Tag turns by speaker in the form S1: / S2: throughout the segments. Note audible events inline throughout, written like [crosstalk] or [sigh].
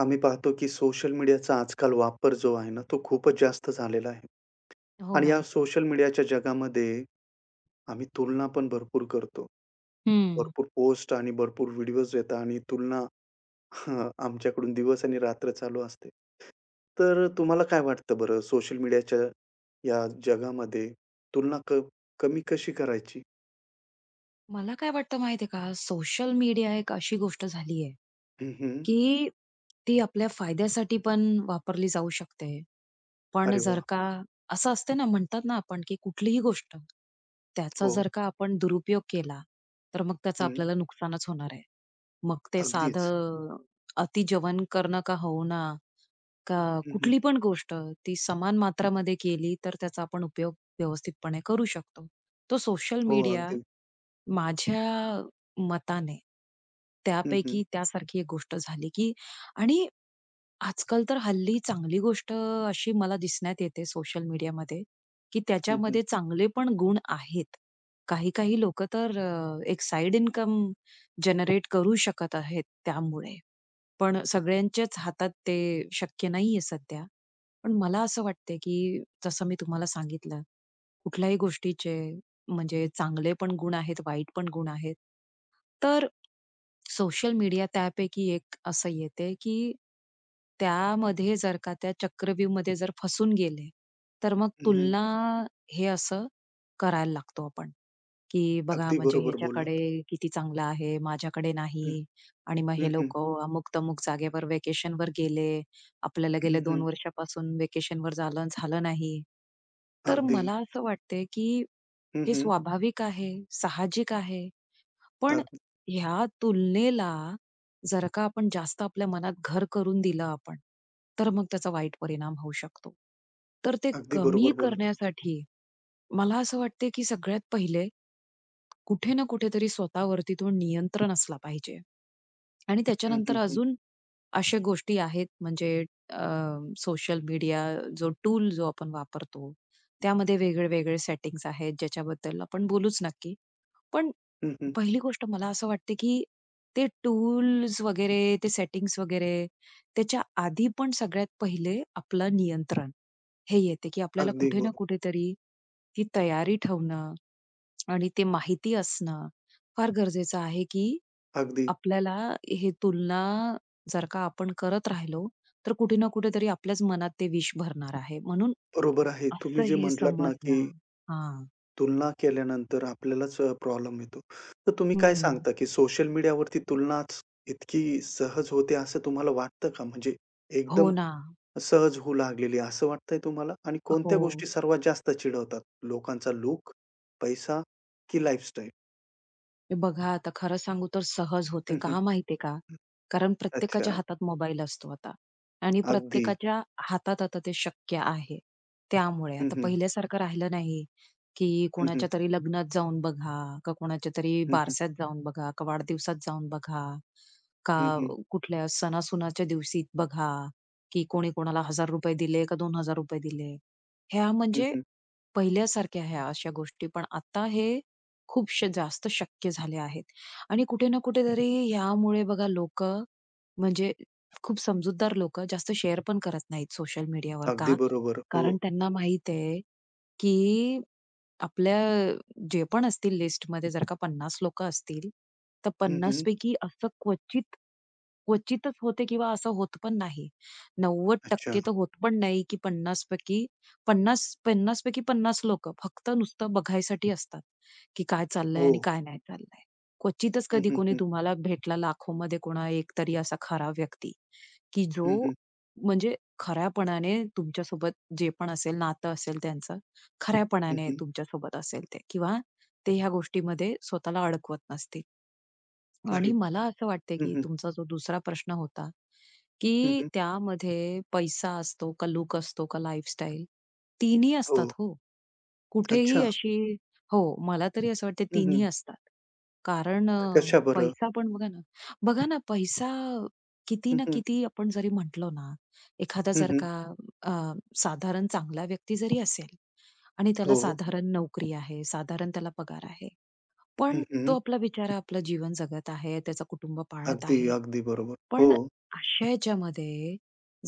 S1: आम्ही पाहतो की सोशल मीडियाचा आजकाल वापर जो आहे ना, तो खूपच जास्त झालेला आहे.
S2: हो
S1: आणि
S2: ना.
S1: या सोशल मीडियाच्या जगामध्ये आम्ही तुलना पण भरपूर करतो.
S2: हं.
S1: भरपूर पोस्ट आणि भरपूर व्हिडिओज येतात आणि तुलना [laughs] आमच्याकडून दिवस आणि रात्र चालू असते. तर तुम्हाला काय वाटतं बरं सोशल मीडियाच्या या जगामध्ये तुलना क कमी कशी करायची?
S2: मला काय वाटतं माहिती का, सोशल मीडिया एक अशी गोष्ट झाली आहे,
S1: हं, हं.
S2: की ती आपल्या फायद्यासाठी पण वापरली जाऊ शकते. पण
S1: अरे वाह!
S2: जर का असं असते ना, म्हणतात ना आपण, की कुठलीही गोष्ट त्याचा
S1: हो.
S2: जर का आपण दुरुपयोग केला, तर मग त्याचं
S1: हं.
S2: आपल्याला नुकसानच होणार आहे. मग ते
S1: अगदीच.
S2: साधं अति जेवण करणं का होईना, का
S1: हं, हं.
S2: कुठली पण गोष्ट ती समान मात्रामध्ये केली, तर त्याचा आपण उपयोग व्यवस्थितपणे करू शकतो. तो सोशल
S1: हो,
S2: मीडिया
S1: अगदी.
S2: माझ्या मताने
S1: हं, हं.
S2: त्यापैकी त्यासारखी एक गोष्ट झाली, की आणि आजकाल तर हल्ली चांगली गोष्ट अशी मला दिसण्यात येते सोशल मीडियामध्ये, की
S1: हं, हं.
S2: त्याच्यामध्ये चांगले पण गुण आहेत. काही-काही लोकं तर एक साइड इन्कम जनरेट करू शकत आहेत त्यामुळे. पण सगळ्यांच्याच हातात ते शक्य नाहीये सध्या. पण मला असं वाटतंय, की जसं मी तुम्हाला सांगितलं कुठल्याही गोष्टीचे म्हणजे चांगले पण गुण आहेत, वाईट पण गुण आहेत. तर सोशल मीडिया त्यापैकी एक असं येते, की त्यामध्ये जर का त्या चक्रव्यूहमध्ये जर फसून गेले, तर मग
S1: हं, हं.
S2: तुलना हे असं करायला लागतो आपण, की बघा
S1: अगदी
S2: म्हणजे
S1: बरोबर
S2: ह्याच्याकडे
S1: बोललात.
S2: किती चांगलं आहे, माझ्याकडे नाही आणि मग
S1: हं,
S2: हे
S1: हं.
S2: लोकं अमुक-तमुक जागेवर व्हेकेशनवर गेले आपल्याला
S1: हं,
S2: गेल्या दोन
S1: हं.
S2: वर्षापासून व्हेकेशनवर झालं आणि झालं नाही. तर
S1: अगदी.
S2: मला असं वाटतंय, की
S1: हं,
S2: हे
S1: हं.
S2: स्वाभाविक आहे, साहजिक आहे. पण
S1: अगदी
S2: ह्या तुलनेला जर का आपण जास्त आपल्या मनात घर करून दिलं आपण, तर मग त्याचा वाईट परिणाम होऊ शकतो. तर ते
S1: अगदी
S2: कमी
S1: बरोबर बोललात.
S2: करण्यासाठी मला असं वाटते, की सगळ्यात पहिले, कुठे ना कुठेतरी स्वतःवरती तो नियंत्रण असला पाहिजे. आणि
S1: हं,
S2: त्याच्यानंतर
S1: हं, हं.
S2: अजून अशा गोष्टी आहेत म्हणजे सोशल मीडिया जो टूल जो आपण वापरतो, त्यामध्ये वेगळे-वेगळे सेटिंग्स आहेत, ज्याच्याबद्दल आपण बोलूच नक्की. पण
S1: हं, हं.
S2: पहिली गोष्ट मला असं वाटते, की ते टूल्स वगैरे, ते सेटिंग्ज वगैरे, त्याच्या आधी पण सगळ्यात पहिले आपलं नियंत्रण, हे येते, की आपल्याला
S1: अगदी
S2: कुठे ना
S1: बरोबर.
S2: कुठेतरी ती तयारी ठेवणं आणि ते माहिती असणं फार गरजेचं आहे, की
S1: अगदी
S2: आपल्याला हे तुलना जर का आपण करत राहिलो, तर कुठे ना कुठेतरी आपल्याच मनात ते विष भरणार आहे. म्हणून
S1: बरोबर आहे. तुम्ही
S2: असं
S1: जे
S2: हे
S1: म्हटलात ना, की
S2: समजणं हां.
S1: तुलना केल्यानंतर आपल्यालाच प्रॉब्लेम येतो. तर तुम्ही काय
S2: हं.
S1: सांगता, की सोशल मीडियावरती तुलनाच इतकी सहज होते असं तुम्हाला वाटतं का? म्हणजे
S2: हो
S1: एकदम
S2: ना.
S1: सहज होऊ लागलेली असं वाटतंय तुम्हाला? आणि
S2: हो.
S1: कोणत्या गोष्टी सर्वात जास्त चिडवतात? लोकांचा लूक, पैसा की लाईफस्टाईल?
S2: हे बघा आता खरं सांगू तर सहज होते. का
S1: [laughs]
S2: माहितीये का? कारण प्रत्येकाच्या
S1: अच्छा.
S2: हातात मोबाईल असतो आता आणि
S1: अगदी.
S2: प्रत्येकाच्या हातात आता ते शक्य आहे. त्यामुळे
S1: हं,
S2: आता
S1: हं.
S2: पहिल्यासारखं राहिलं नाही, की
S1: हं, हं.
S2: कोणाच्या तरी लग्नात जाऊन बघा, का कोणाच्या तरी बारशात जाऊन बघा, का वाढदिवसात जाऊन बघा,
S1: हं,
S2: का
S1: हं.
S2: कुठल्या सणासुनाच्या दिवशी बघा, की कोणी कोणाला ₹1000 दिले का ₹2000 दिले. ह्या
S1: हं,
S2: म्हणजे
S1: हं.
S2: पहिल्यासारख्या ह्या अशा गोष्टी. पण आता हे खूपशे जास्त शक्य झाले आहेत. आणि कुठे ना कुठेतरी ह्यामुळे बघा लोकं म्हणजे खूप समजूतदार लोकं जास्त शेअर पण करत नाहीत सोशल मीडियावर.
S1: अगदी
S2: का?
S1: बरोबर. हो.
S2: कारण त्यांना माहीत आहे, की आपल्या जे पण असतील लिस्टमध्ये जर का 50 लोक असतील, तर
S1: हं,
S2: 50
S1: हं.
S2: पैकी असं क्वचितच होते किंवा असं होत पण नाही.
S1: अच्छा.
S2: 90% तर होत पण नाही, की 50 पैकी 50 लोक फक्त नुसतं बघायसाठी असतात, की काय चाललंय
S1: हो.
S2: आणि काय नाही चाललंय. क्वचितच
S1: हं,
S2: कधी
S1: हं,
S2: कोणी
S1: हं.
S2: तुम्हाला भेटला लाखोमध्ये कोणा एक तरी असा खरा व्यक्ती, की जो
S1: हं, हं.
S2: म्हणजे खऱ्यापणाने तुमच्यासोबत जे पण असेल नातं असेल त्यांचं,
S1: हं,
S2: खऱ्यापणाने
S1: हं.
S2: तुमच्यासोबत असेल ते किंवा ते ह्या गोष्टीमध्ये स्वतःला अडकवत नसतील. आणि
S1: अरे!
S2: मला असं वाटतंय,
S1: हं,
S2: की
S1: हं.
S2: तुमचा जो दुसरा प्रश्न होता,
S1: हं,
S2: की
S1: हं.
S2: त्यामध्ये पैसा असतो, का लूक असतो, का लाईफस्टाईल, तिन्ही
S1: हो.
S2: असतात हो. कुठेही
S1: अच्छा.
S2: अशी हो, मला तरी असं वाटतं
S1: हं,
S2: तिन्ही
S1: हं.
S2: असतात. कारण
S1: कशा बरं?
S2: पैसा पण बघा ना, बघा ना पैसा किती
S1: हं,
S2: ना
S1: हं.
S2: किती आपण जरी म्हटलो ना, एखादा
S1: हं,
S2: जर
S1: हं.
S2: का अ, साधारण चांगला व्यक्ती जरी असेल आणि त्याला
S1: हो.
S2: साधारण नोकरी आहे, साधारण त्याला पगार आहे. पण
S1: हं, हं.
S2: तो आपला बिचारा आपलं जीवन जगत आहे, त्याचं कुटुंब पाळत
S1: अगदी,
S2: आहे.
S1: अगदी बरोबर. हो.
S2: पण अशा ह्याच्यामध्ये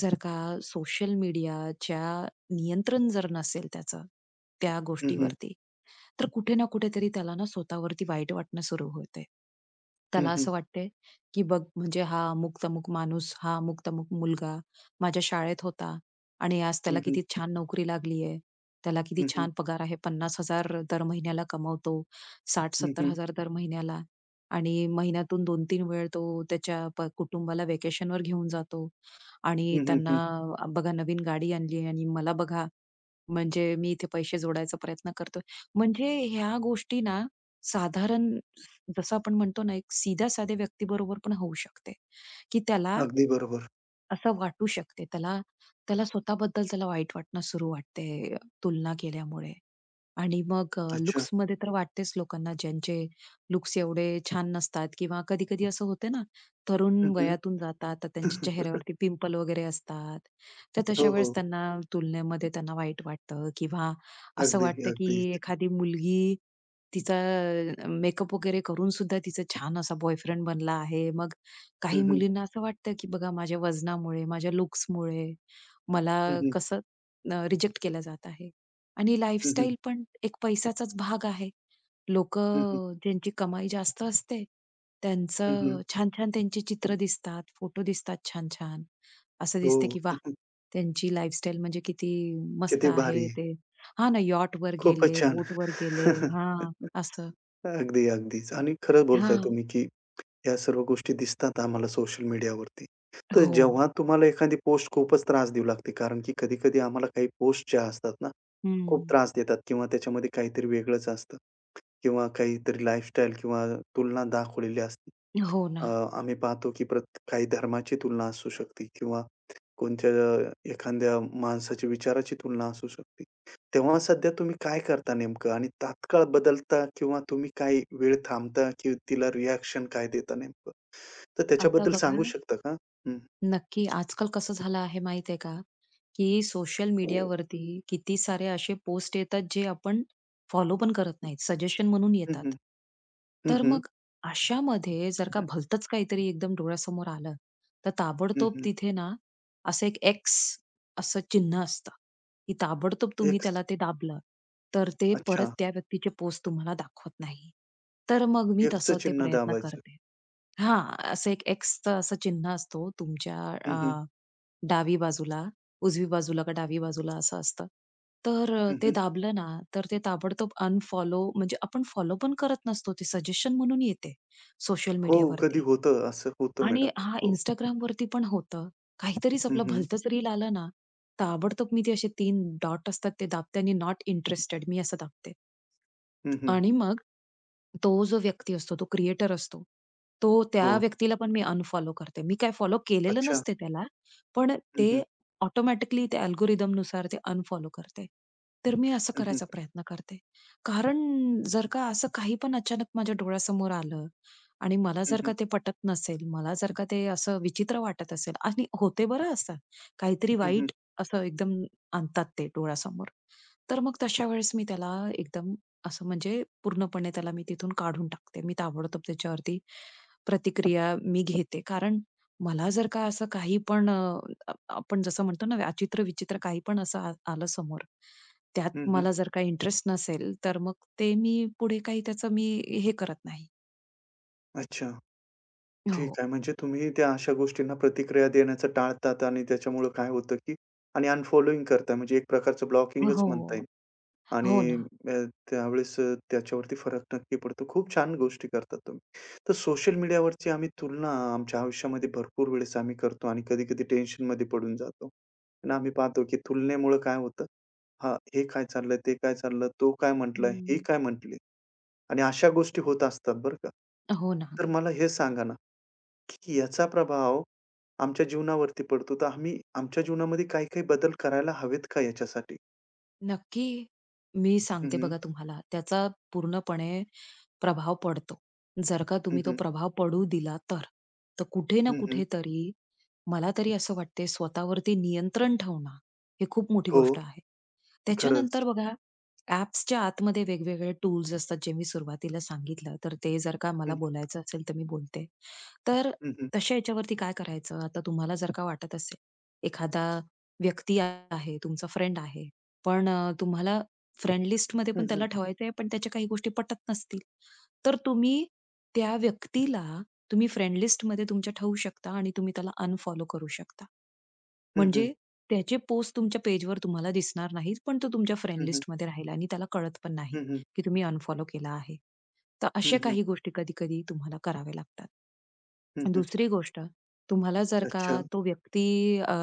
S2: जर का सोशल मीडियाच्या नियंत्रण जर नसेल त्याचं, त्या
S1: हं, हं.
S2: गोष्टीवरती तर कुठे ना कुठेतरी त्याला ना स्वतःवरती वाईट वाटणं सुरू होते.
S1: हं,
S2: त्याला
S1: हं.
S2: असं वाटतंय, की बघ म्हणजे हा अमुक-तमुक माणूस, हा अमुक-तमुक मुलगा माझ्या शाळेत होता आणि आज त्याला
S1: हं, हं.
S2: किती छान नोकरी लागली आहे. त्याला किती
S1: हं, हं.
S2: छान पगार आहे. 50,000 दर महिन्याला कमवतो.
S1: हं, हं.
S2: 60,000-70,000 दर महिन्याला आणि महिन्यातून 2-3 वेळ तो त्याच्या कुटुंबाला व्हॅकेशनवर घेऊन जातो आणि
S1: हं, हं.
S2: त्यांना
S1: हं.
S2: बघा नवीन गाडी आणली आणि मला बघा म्हणजे मी इथे पैसे जोडायचा प्रयत्न करतोय. म्हणजे ह्या गोष्टी ना साधारण जसं आपण म्हणतो ना, एक सीध्या-साध्या व्यक्तीबरोबर पण होऊ शकते, की त्याला
S1: अगदी बरोबर.
S2: असं वाटू शकते. त्याला त्याला स्वतःबद्दल त्याला वाईट वाटणं सुरू वाटते तुलना केल्यामुळे. आणि मग
S1: अच्छा.
S2: लुक्समध्ये तर वाटतेच लोकांना ज्यांचे लुक्स एवढे छान नसतात किंवा कधी-कधी असं होते ना, तरुण
S1: हं, हं.
S2: वयातून जातात तर त्यांच्या
S1: [laughs]
S2: चेहऱ्यावरती पिंपल वगैरे असतात. तर
S1: हो,
S2: तशा
S1: हो.
S2: वेळेस त्यांना तुलनेमध्ये त्यांना वाईट वाटतं किंवा असं
S1: अगदी,
S2: वाटतं की
S1: अगदीच.
S2: एखादी मुलगी तिचा मेकअप वगैरे करून सुद्धा तिचा छान असा बॉयफ्रेंड बनला आहे. मग
S1: हं,
S2: काही
S1: हं.
S2: मुलींना असं वाटतं, की बघा माझ्या वजनामुळे, माझ्या लूक्समुळे मला
S1: हं, हं.
S2: कसं रिजेक्ट केलं जात आहे. आणि
S1: हं, हं.
S2: लाईफस्टाईल पण एक पैशाचाच भाग आहे.
S1: हं, हं.
S2: लोकं ज्यांची कमाई जास्त असते,
S1: हं, हं.
S2: त्यांचं छान-छान त्यांची चित्र दिसतात, फोटो दिसतात छान-छान. असं
S1: हो.
S2: दिसते, की
S1: [laughs] हं,
S2: वाह!
S1: हं.
S2: त्यांची लाईफस्टाईल म्हणजे किती मस्त
S1: किती भारी.
S2: आहे
S1: आहे.
S2: ते. हां ना, यॉटवर
S1: खूपच
S2: गेले,
S1: छान.
S2: बोटवर गेले. हां,
S1: [laughs]
S2: असं.
S1: अगदी, अगदीच आणि खरं बोलताय
S2: हां.
S1: तुम्ही, की या सर्व गोष्टी दिसतात आम्हाला सोशल मीडियावरती. तर
S2: हो.
S1: जेव्हा तुम्हाला एखादी पोस्ट खूपच त्रास देऊ लागते, कारण की कधी-कधी आम्हाला काही पोस्ट ज्या असतात ना, खूप
S2: हं.
S1: त्रास देतात किंवा त्याच्यामध्ये काहीतरी वेगळंच असतं किंवा काहीतरी लाईफस्टाईल किंवा तुलना दाखवलेली असते.
S2: हो
S1: अ,
S2: ना.
S1: आम्ही पाहतो की काही धर्माची तुलना असू शकते किंवा कोणत्या एखाद्या माणसाच्या विचाराची तुलना असू शकते. तेव्हा सध्या तुम्ही काय करता नेमकं आणि तात्काळ बदलता किंवा तुम्ही काही वेळ थांबता की तिला रिएक्शन काय देता नेमकं? तर
S2: आता
S1: त्याच्याबद्दल
S2: बघा
S1: सांगू शकता का? हं.
S2: नक्की. आजकाल कसं झालं आहे माहिती का, की सोशल मीडियावरती किती सारे असे पोस्ट येतात, जे आपण फॉलो पण करत नाहीत. सजेशन म्हणून
S1: हं, हं.
S2: येतात.
S1: हं,
S2: तर
S1: हं.
S2: मग अशामध्ये जर का भलतंच काहीतरी एकदम डोळ्यासमोर आलं, तर
S1: हं,
S2: ताबडतोब
S1: हं.
S2: तिथे ना असं एक एक्स असं चिन्ह असतं, की ताबडतोब तुम्ही
S1: एक्स
S2: त्याला ते दाबलं, तर ते
S1: अच्छा.
S2: परत त्या व्यक्तीचे पोस्ट तुम्हाला दाखवत नाही. तर मग मी
S1: एक्सचं
S2: तसं ते
S1: चिन्ह
S2: प्रयत्न
S1: दाबायचं.
S2: करते. हां, असं एक एक्सचं असं चिन्ह असतो तुमच्या अ,
S1: हं, हं.
S2: डावी बाजूला, उजवी बाजूला का डावी बाजूला असं असतं. तर
S1: हं,
S2: ते
S1: हं.
S2: दाबलं ना, तर ते ताबडतोब अनफॉलो म्हणजे आपण फॉलो पण करत नसतो, ते सजेशन म्हणून येते सोशल
S1: हो, कधी
S2: मीडियावरती.
S1: होतं असं होतं मॅडम.
S2: आणि हां,
S1: हो.
S2: Instagramवरती पण होतं. काहीतरीच
S1: हं,
S2: आपलं
S1: हं.
S2: भलतंच रील आलं ना, ताबडतोब मी ते असे 3 डॉट असतात ते दाबते आणि नॉट इंटरेस्टेड मी असं दाबते.
S1: हं, हं.
S2: आणि मग तो जो व्यक्ती असतो, तो क्रिएटर असतो, तो त्या
S1: हो.
S2: व्यक्तीला पण मी अनफॉलो करते. मी काय फॉलो केलेलं
S1: अच्छा.
S2: नसते त्याला, पण
S1: हं,
S2: ते
S1: हं.
S2: ऑटोमॅटिकली त्या अल्गोरिथमनुसार ते अनफॉलो करते. तर मी असं
S1: हं, हं.
S2: करायचा प्रयत्न करते. कारण जर का असं काही पण अचानक माझ्या डोळ्यासमोर आलं आणि मला
S1: हं,
S2: जर
S1: हं.
S2: का ते पटत नसेल, मला जर का ते असं विचित्र वाटत असेल आणि होते बरं असं. काहीतरी
S1: हं, हं.
S2: वाईट असं एकदम आणतात ते डोळ्यासमोर. तर मग तशा वेळेस मी त्याला एकदम असं म्हणजे पूर्णपणे त्याला मी तिथून काढून टाकते. मी ताबडतोब त्याच्यावरती प्रतिक्रिया मी घेते. कारण मला जर का असं काही पण अ, अ, आपण जसं म्हणतो ना अचित्र-विचित्र काही पण असं आलं समोर, त्यात
S1: हं, हं.
S2: मला जर काही इंटरेस्ट नसेल, तर मग ते मी पुढे काही त्याचं मी हे करत नाही.
S1: अच्छा. ठीक
S2: हो.
S1: आहे. म्हणजे तुम्ही त्या अशा गोष्टींना प्रतिक्रिया देण्याचं टाळतात आणि त्याच्यामुळं काय होतं, की आणि अनफॉलोइंग करता म्हणजे एक प्रकारचं ब्लॉकिंगच
S2: हो.
S1: म्हणता येईल आणि
S2: हो ना.
S1: अ, त्यावेळेस त्याच्यावरती फरक नक्की पडतो. खूप छान गोष्टी करतात तुम्ही. तर सोशल मीडियावरची आम्ही तुलना आमच्या आयुष्यामध्ये भरपूर वेळेस आम्ही करतो आणि कधी-कधी टेन्शनमध्ये पडून जातो. आणि आम्ही पाहतो, की तुलनेमुळं काय होतं, हां, हे काय चाललंय, ते काय चाललं, तो काय म्हटला, ही
S2: हं.
S1: काय म्हटली. आणि अशा गोष्टी होत असतात बरं का.
S2: हो ना.
S1: तर मला हे सांगा ना, की याचा प्रभाव आमच्या जीवनावरती पडतो, तर आम्ही आमच्या जीवनामध्ये काही-काही बदल करायला हवेत का याच्यासाठी?
S2: नक्की. मी
S1: हं,
S2: सांगते
S1: हं.
S2: बघा तुम्हाला, त्याचा पूर्णपणे प्रभाव पडतो. जर का
S1: हं,
S2: तुम्ही तो
S1: हं.
S2: प्रभाव पडू दिला तर. तर कुठे ना कुठेतरी मला तरी असं वाटते स्वतःवरती नियंत्रण ठेवणं, हे खूप मोठी
S1: हो,
S2: गोष्ट आहे.
S1: खरंच.
S2: त्याच्यानंतर बघा ॲप्सच्या आतमध्ये वेगवेगळे टूल्स असतात, जे मी सुरुवातीला सांगितलं. तर ते जर का
S1: हं,
S2: मला
S1: हं.
S2: बोलायचं असेल, तर मी बोलते. तर
S1: हं, हं.
S2: तशा याच्यावरती काय करायचं? आता तुम्हाला जर का वाटत असेल, एखादा व्यक्ती आहे, तुमचा फ्रेंड आहे. पण तुम्हाला फ्रेंड लिस्टमध्ये
S1: हं,
S2: पण
S1: हं.
S2: त्याला ठेवायचं आहे, पण त्याच्या काही गोष्टी पटत नसतील, तर तुम्ही त्या व्यक्तीला तुम्ही फ्रेंड लिस्टमध्ये तुमच्या ठेवू शकता आणि तुम्ही त्याला अनफॉलो करू शकता.
S1: हं, हं.
S2: म्हणजे त्याचे पोस्ट तुमच्या पेजवर तुम्हाला दिसणार नाहीत, पण तो तुमच्या फ्रेंड लिस्टमध्ये राहील आणि त्याला कळत पण नाही, की तुम्ही अनफॉलो केला आहे. तर अशा काही गोष्टी कधी-कधी तुम्हाला कराव्या लागतात. दुसरी गोष्ट, तुम्हाला जर का
S1: अच्छा.
S2: तो व्यक्ती अ,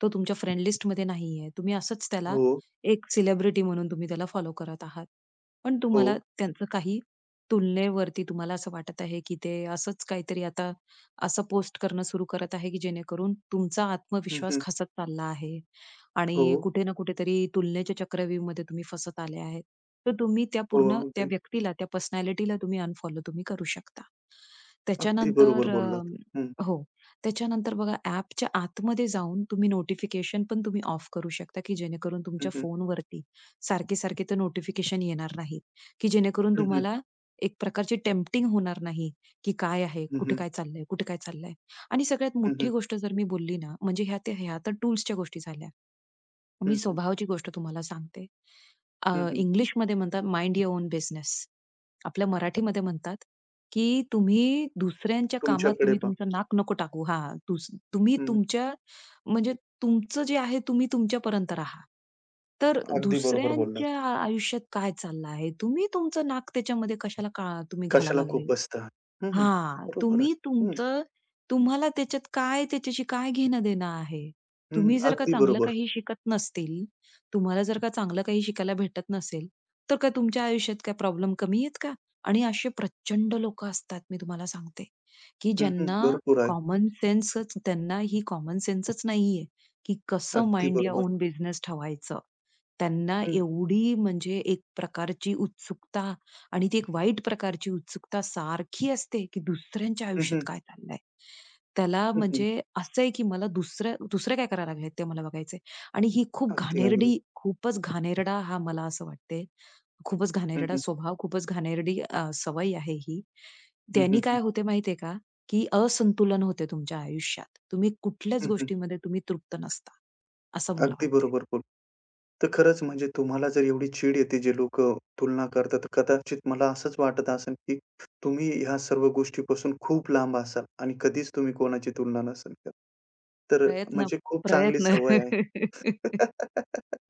S2: तो तुमच्या फ्रेंड लिस्टमध्ये नाहीये. तुम्ही असंच त्याला
S1: हो,
S2: एक सेलिब्रिटी म्हणून तुम्ही त्याला फॉलो करत आहात. पण तुम्हाला
S1: हो.
S2: त्यांचं काही तुलनेवरती तुम्हाला असं वाटत आहे, की ते असंच काहीतरी आता असं पोस्ट करणं सुरू करत आहे, की जेणेकरून तुमचा आत्मविश्वास
S1: हं,
S2: खचत चालला आहे आणि
S1: हो,
S2: कुठे ना कुठेतरी तुलनेच्या चक्रव्यूहमध्ये तुम्ही फसत आले आहेत. तर तुम्ही त्या
S1: हो.
S2: पूर्ण त्या
S1: अगदी,
S2: व्यक्तीला, त्या पर्सनॅलिटीला तुम्ही अनफॉलो करू शकता.
S1: अगदी बरोबर
S2: त्याच्यानंतर
S1: बोललात. हं.
S2: हो. त्याच्यानंतर बघा ॲपच्या आतमध्ये जाऊन तुम्ही नोटिफिकेशन पण तुम्ही ऑफ करू शकता, की जेणेकरून
S1: हं,
S2: तुमच्या
S1: हं.
S2: फोनवरती सारखे-सारखे ते नोटिफिकेशन येणार नाहीत, की जेणेकरून
S1: हं, हं.
S2: तुम्हाला एक प्रकारची टेम्प्टिंग होणार नाही, की काय आहे?
S1: हं,
S2: कुठे
S1: हं.
S2: काय चाललंय? कुठे काय चाललंय? आणि सगळ्यात मोठी
S1: हं,
S2: गोष्ट जर मी बोलली ना, म्हणजे ह्या तर टूल्सच्या गोष्टी झाल्या. मी स्वभावाची गोष्ट तुम्हाला सांगते. इंग्लिशमध्ये म्हणतात माइंड यूर ओन बिझनेस. आपल्या मराठीमध्ये म्हणतात, की तुम्ही दुसऱ्यांच्या कामात
S1: तुमच्याकडे
S2: तुम्ही
S1: पहा.
S2: तुमचं नाक नको टाकू. हां, तुम्ही तुमच्या म्हणजे तुमचं जे आहे तुम्ही तुमच्यापर्यंत राहा. तर
S1: अगदी बरोबर बोललात.
S2: दुसऱ्यांच्या आयुष्यात काय चाललं आहे? तुम्ही तुमचं नाक त्याच्यामध्ये कशाला का तुम्ही घाला
S1: कशाला
S2: लागले?
S1: खुपसता? हं, हं.
S2: हां,
S1: बरोबर आहे.
S2: तुम्ही
S1: हं,
S2: तुमचं तुम्हाला त्याच्यात काय त्याच्याशी काय घेणं-देणं आहे?
S1: हं.
S2: तुम्ही जर का
S1: अगदी
S2: चांगलं
S1: बरोबर.
S2: काही शिकत नसतील, तुम्हाला जर का चांगलं काही शिकायला भेटत नसेल, तर काय तुमच्या आयुष्यात काय प्रॉब्लेम कमी आहेत का? आणि असे प्रचंड लोकं असतात मी तुम्हाला सांगते, की
S1: हं, हं.
S2: ज्यांना
S1: भरपूर आहे.
S2: कॉमन सेन्सच नाहीये, की कसं
S1: अगदी
S2: माइंड या
S1: बरोबर.
S2: ओन बिझनेस ठेवायचं. त्यांना
S1: हं,
S2: एवढी म्हणजे एक प्रकारची उत्सुकता आणि ती एक वाईट प्रकारची उत्सुकता सारखी असते, की दुसऱ्यांच्या
S1: हं,
S2: आयुष्यात
S1: हं.
S2: काय चाललंय? त्याला
S1: हं, हं.
S2: म्हणजे असं आहे, की मला दुसरं दुसरं काय करायला लागलेत ते मला बघायचंय. आणि ही
S1: अगदी, अगदी.
S2: खूपच घाणेरडा हा मला असं वाटते. खूपच
S1: हं,
S2: घाणेरडा
S1: हं.
S2: स्वभाव, खूपच घाणेरडी सवय आहे ही.
S1: हं,
S2: त्यानी
S1: हं, हं.
S2: काय होते माहितीये का, की असंतुलन होते तुमच्या आयुष्यात. तुम्ही कुठल्याच
S1: हं, हं.
S2: गोष्टीमध्ये तुम्ही तृप्त नसता, असं मला
S1: अगदी
S2: वाटते.
S1: बरोबर बोल तर खरंच म्हणजे तुम्हाला जर एवढी चीड येते जे लोकं तुलना करतात, तर कदाचित मला असंच वाटत असेल, की तुम्ही ह्या सर्व गोष्टीपासून खूप लांब असाल आणि कधीच तुम्ही कोणाची तुलना नसेल करत. तर
S2: प्रयत्न
S1: म्हणजे खूप चांगली
S2: प्रयत्न
S1: सवय आहे.
S2: [laughs]
S1: [laughs]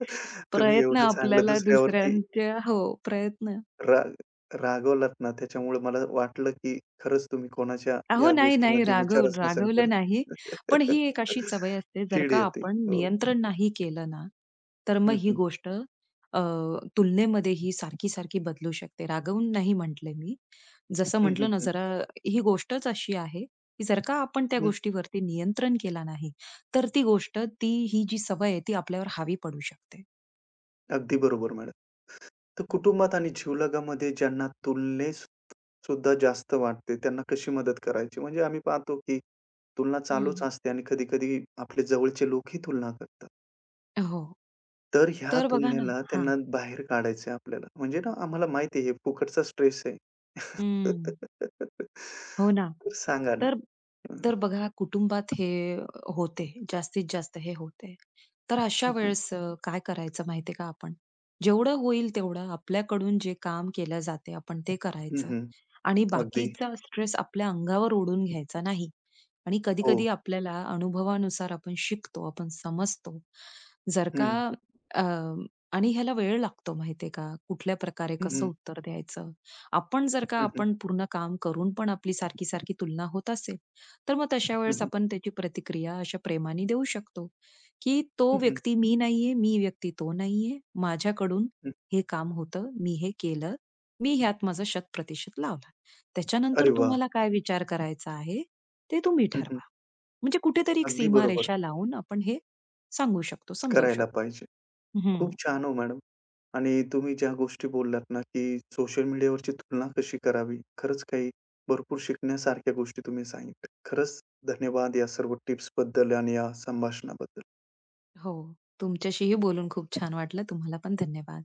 S1: तुम्ही
S2: प्रयत्न
S1: एवढं चांगलं
S2: आपल्याला
S1: दुसऱ्यावरती
S2: दुसऱ्यांच्या हो, प्रयत्न
S1: राग रागवलात ना, त्याच्यामुळे मला वाटलं, की खरंच तुम्ही कोणाच्या
S2: अहो,
S1: या
S2: नाही, नाही
S1: गोष्टीमध्ये विचारच नसेल
S2: रागवलं
S1: करत.
S2: नाही. पण ही एक अशी सवय
S1: [laughs]
S2: असते जर
S1: चीड
S2: का
S1: येते.
S2: आपण
S1: हो.
S2: नियंत्रण नाही केलं ना, तर मग
S1: हं,
S2: ही
S1: हं.
S2: गोष्ट अ, तुलनेमध्ये ही सारखी-सारखी बदलू शकते. रागवून नाही म्हटले मी. जसं
S1: हं, हं,
S2: म्हटलं ना
S1: हं.
S2: जरा ही गोष्टच अशी आहे, की जर का आपण त्या
S1: हं.
S2: गोष्टीवरती नियंत्रण केला नाही, तर ती गोष्ट ती ही जी सवय आहे ती आपल्यावर हावी पडू शकते.
S1: अगदी बरोबर मॅडम. तर कुटुंबात आणि जीवलगामध्ये ज्यांना तुलनेस सुद्धा जास्त वाटते, त्यांना कशी मदत करायची? म्हणजे आम्ही पाहतो, की तुलना चालूच
S2: हं.
S1: असते आणि कधी-कधी आपले जवळचे लोकही तुलना करतात.
S2: हो.
S1: तर ह्या
S2: तर बघा ना
S1: तुलनेला
S2: हां.
S1: त्यांना बाहेर काढायचंय आपल्याला. म्हणजे ना आम्हाला माहिती आहे हे फुकटचा स्ट्रेस आहे. [laughs]
S2: हं. हो ना.
S1: तर सांगा ना?
S2: तर
S1: हं,
S2: तर बघा कुटुंबात हे होते. जास्तीत जास्त हे होते. तर अशा
S1: हं, हं.
S2: वेळेस काय करायचं माहितीये का आपण? जेवढं होईल तेवढं आपल्याकडून जे काम केलं जाते आपण ते करायचं
S1: हं,
S2: आणि
S1: अगदी.
S2: बाकीचा स्ट्रेस आपल्या अंगावर ओढून घ्यायचा नाही. आणि
S1: हो.
S2: कधी-कधी आपल्याला अनुभवानुसार आपण शिकतो, आपण समजतो. जर का
S1: हं,
S2: अ, आणि ह्याला वेळ लागतो माहितीये का? कुठल्या प्रकारे
S1: हं,
S2: कसं
S1: हं.
S2: उत्तर द्यायचं? आपण जर का
S1: हं, हं.
S2: आपण पूर्ण काम करून पण आपली सारखी-सारखी तुलना होत असेल, तर मग तशा
S1: हं,
S2: वेळेस
S1: हं.
S2: आपण त्याची प्रतिक्रिया अशा प्रेमाने देऊ शकतो, की
S1: हं,
S2: "तो
S1: हं.
S2: व्यक्ती मी नाहीये, मी व्यक्ती तो नाहीये. माझ्याकडून हे काम होतं, मी हे केलं. मी ह्यात माझा 100% लावला."
S1: अरे
S2: त्याच्यानंतर
S1: वा,
S2: तुम्हाला काय विचार करायचा आहे, ते तुम्ही
S1: हं, हं.
S2: ठरवा. म्हणजे कुठेतरी एक
S1: अगदी बरोबर.
S2: सीमारेषा लावून आपण हे सांगू शकतो, समजावू
S1: करायला
S2: शकतो.
S1: पाहिजे.
S2: हं.
S1: खूप छान हो मॅडम. आणि तुम्ही ज्या गोष्टी बोललात ना, की सोशल मीडियावरची तुलना कशी करावी? खरंच काही भरपूर शिकण्यासारख्या गोष्टी तुम्ही सांगितल्या. खरंच धन्यवाद या सर्व टिप्सबद्दल आणि या संभाषणाबद्दल.
S2: हो. तुमच्याशीही बोलून खूप छान वाटलं. तुम्हाला पण धन्यवाद.